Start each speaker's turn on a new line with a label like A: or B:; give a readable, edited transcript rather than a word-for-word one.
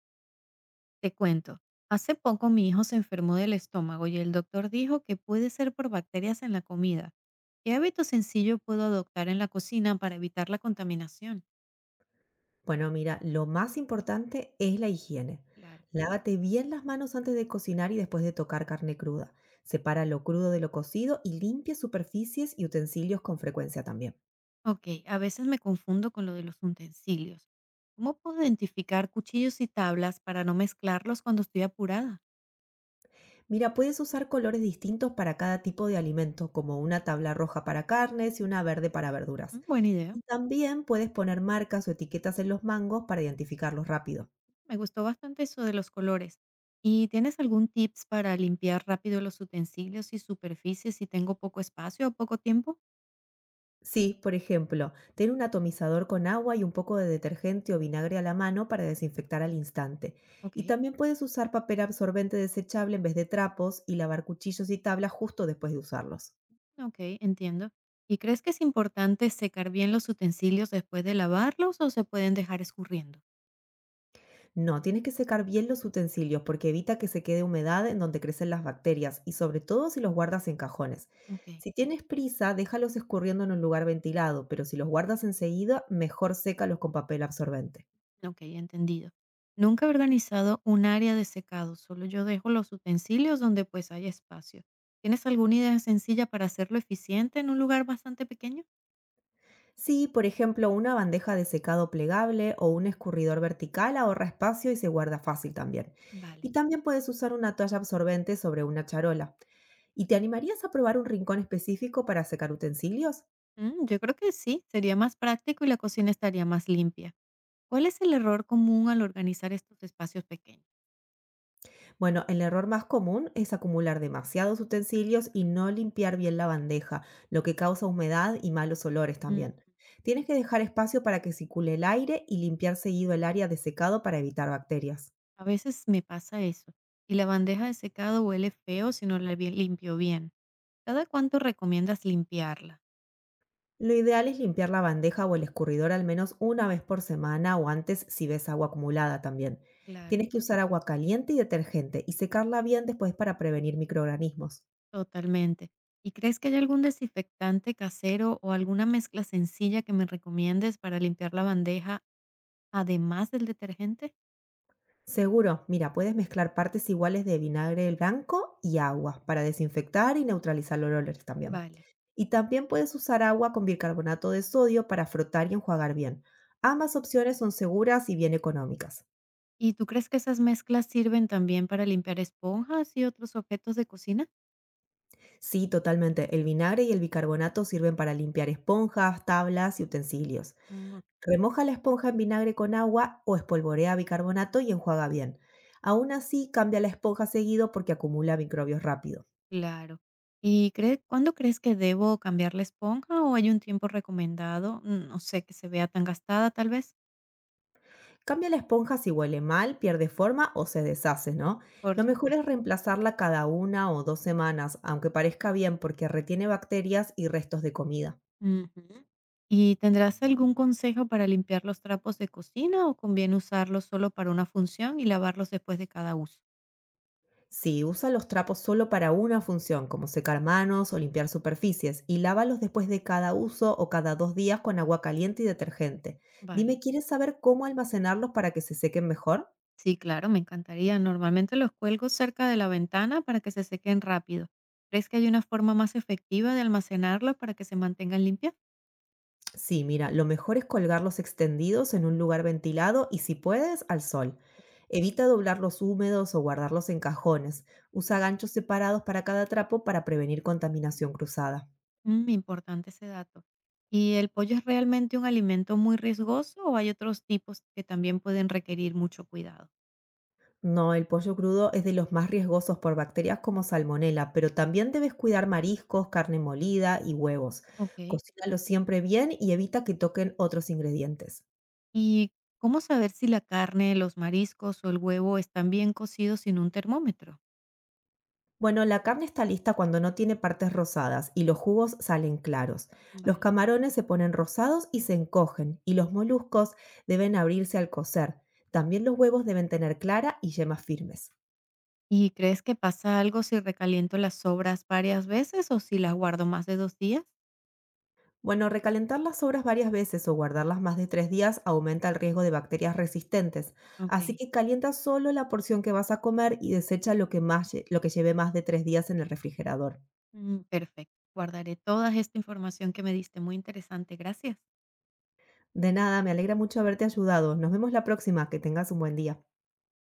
A: Te cuento, hace poco mi hijo se enfermó del estómago y el doctor dijo que puede ser por bacterias en la comida. ¿Qué hábito sencillo puedo adoptar en la cocina para evitar la contaminación?
B: Bueno, mira, lo más importante es la higiene.
A: Claro.
B: Lávate bien las manos antes de cocinar y después de tocar carne cruda. Separa lo crudo de lo cocido y limpia superficies y utensilios con frecuencia también.
A: Ok, a veces me confundo con lo de los utensilios. ¿Cómo puedo identificar cuchillos y tablas para no mezclarlos cuando estoy apurada?
B: Mira, puedes usar colores distintos para cada tipo de alimento, como una tabla roja para carnes y una verde para verduras.
A: Mm, buena idea.
B: Y también puedes poner marcas o etiquetas en los mangos para identificarlos rápido.
A: Me gustó bastante eso de los colores. ¿Y tienes algún tips para limpiar rápido los utensilios y superficies si tengo poco espacio o poco tiempo?
B: Sí, por ejemplo, ten un atomizador con agua y un poco de detergente o vinagre a la mano para desinfectar al instante.
A: Ok.
B: Y también puedes usar papel absorbente desechable en vez de trapos y lavar cuchillos y tablas justo después de usarlos.
A: Ok, entiendo. ¿Y crees que es importante secar bien los utensilios después de lavarlos o se pueden dejar escurriendo?
B: No, tienes que secar bien los utensilios porque evita que se quede humedad en donde crecen las bacterias y sobre todo si los guardas en cajones.
A: Ok,
B: Si tienes prisa, déjalos escurriendo en un lugar ventilado, pero si los guardas enseguida, mejor sécalos con papel absorbente.
A: ok, entendido. Nunca he organizado un área de secado, solo yo dejo los utensilios donde pues hay espacio. ¿Tienes alguna idea sencilla para hacerlo eficiente en un lugar bastante pequeño?
B: Sí, por ejemplo, una bandeja de secado plegable o un escurridor vertical ahorra espacio y se guarda fácil también.
A: Vale.
B: Y también puedes usar una toalla absorbente sobre una charola. ¿Y te animarías a probar un rincón específico para secar utensilios?
A: Mm, yo creo que sí, sería más práctico y la cocina estaría más limpia. ¿Cuál es el error común al organizar estos espacios pequeños?
B: Bueno, el error más común es acumular demasiados utensilios y no limpiar bien la bandeja, lo que causa humedad y malos olores
A: Mm.
B: también. Tienes que dejar espacio para que circule el aire y limpiar seguido el área de secado para evitar bacterias.
A: A veces me pasa eso, y la bandeja de secado huele feo si no la limpio bien. ¿Cada cuánto recomiendas limpiarla?
B: Lo ideal es limpiar la bandeja o el escurridor al menos una vez por semana o antes si ves agua acumulada también.
A: Claro,
B: Tienes que usar agua caliente y detergente y secarla bien después para prevenir microorganismos.
A: totalmente. ¿Y crees que hay algún desinfectante casero o alguna mezcla sencilla que me recomiendes para limpiar la bandeja además del detergente?
B: Seguro, mira, puedes mezclar partes iguales de vinagre blanco y agua para desinfectar y neutralizar los olores también.
A: Vale.
B: Y también puedes usar agua con bicarbonato de sodio para frotar y enjuagar bien. Ambas opciones son seguras y bien económicas.
A: ¿Y tú crees que esas mezclas sirven también para limpiar esponjas y otros objetos de cocina?
B: Sí, totalmente. El vinagre y el bicarbonato sirven para limpiar esponjas, tablas y utensilios.
A: Mm,
B: Remoja la esponja en vinagre con agua o espolvorea bicarbonato y enjuaga bien. Aún así, cambia la esponja seguido porque acumula microbios rápido.
A: claro. ¿Y cree cuándo crees que debo cambiar la esponja o hay un tiempo recomendado? Mm, no sé, que se vea tan gastada tal vez.
B: Cambia la esponja si huele mal, pierde forma o se deshace, ¿no?
A: Por
B: Lo mejor
A: supuesto.
B: es reemplazarla cada una o dos semanas, aunque parezca bien porque retiene bacterias y restos de comida.
A: Ujú. ¿Y tendrás algún consejo para limpiar los trapos de cocina o conviene usarlos solo para una función y lavarlos después de cada uso?
B: Si usa los trapos solo para una función, como secar manos o limpiar superficies, y lávalos después de cada uso o cada 2 días con agua caliente y detergente.
A: Vale.
B: Dime, ¿quieres saber cómo almacenarlos para que se sequen mejor?
A: Sí, claro, me encantaría. Normalmente los cuelgo cerca de la ventana para que se sequen rápido. ¿Crees que hay una forma más efectiva de almacenarlos para que se mantengan limpios?
B: Sí, mira, lo mejor es colgarlos extendidos en un lugar ventilado y si puedes, al sol. Evita doblarlos húmedos o guardarlos en cajones. Usa ganchos separados para cada trapo para prevenir contaminación cruzada.
A: Mm, importante ese dato. ¿Y el pollo es realmente un alimento muy riesgoso o hay otros tipos que también pueden requerir mucho cuidado?
B: No, el pollo crudo es de los más riesgosos por bacterias como salmonela, pero también debes cuidar mariscos, carne molida y huevos.
A: Ok.
B: Cocínalo siempre bien y evita que toquen otros ingredientes.
A: ¿Y cómo saber si la carne, los mariscos o el huevo están bien cocidos sin un termómetro?
B: Bueno, la carne está lista cuando no tiene partes rosadas y los jugos salen claros. Los
A: Vale.
B: camarones se ponen rosados y se encogen, y los moluscos deben abrirse al cocer. También los huevos deben tener clara y yemas firmes.
A: ¿Y crees que pasa algo si recaliento las sobras varias veces o si las guardo más de 2 días?
B: Bueno, recalentar las sobras varias veces o guardarlas más de 3 días aumenta el riesgo de bacterias resistentes,
A: Ok,
B: así que calienta solo la porción que vas a comer y desecha lo que lleve más de 3 días en el refrigerador.
A: mm, perfecto. Guardaré toda esta información que me diste, muy interesante. Gracias.
B: De nada, me alegra mucho haberte ayudado. Nos vemos la próxima, que tengas un buen día.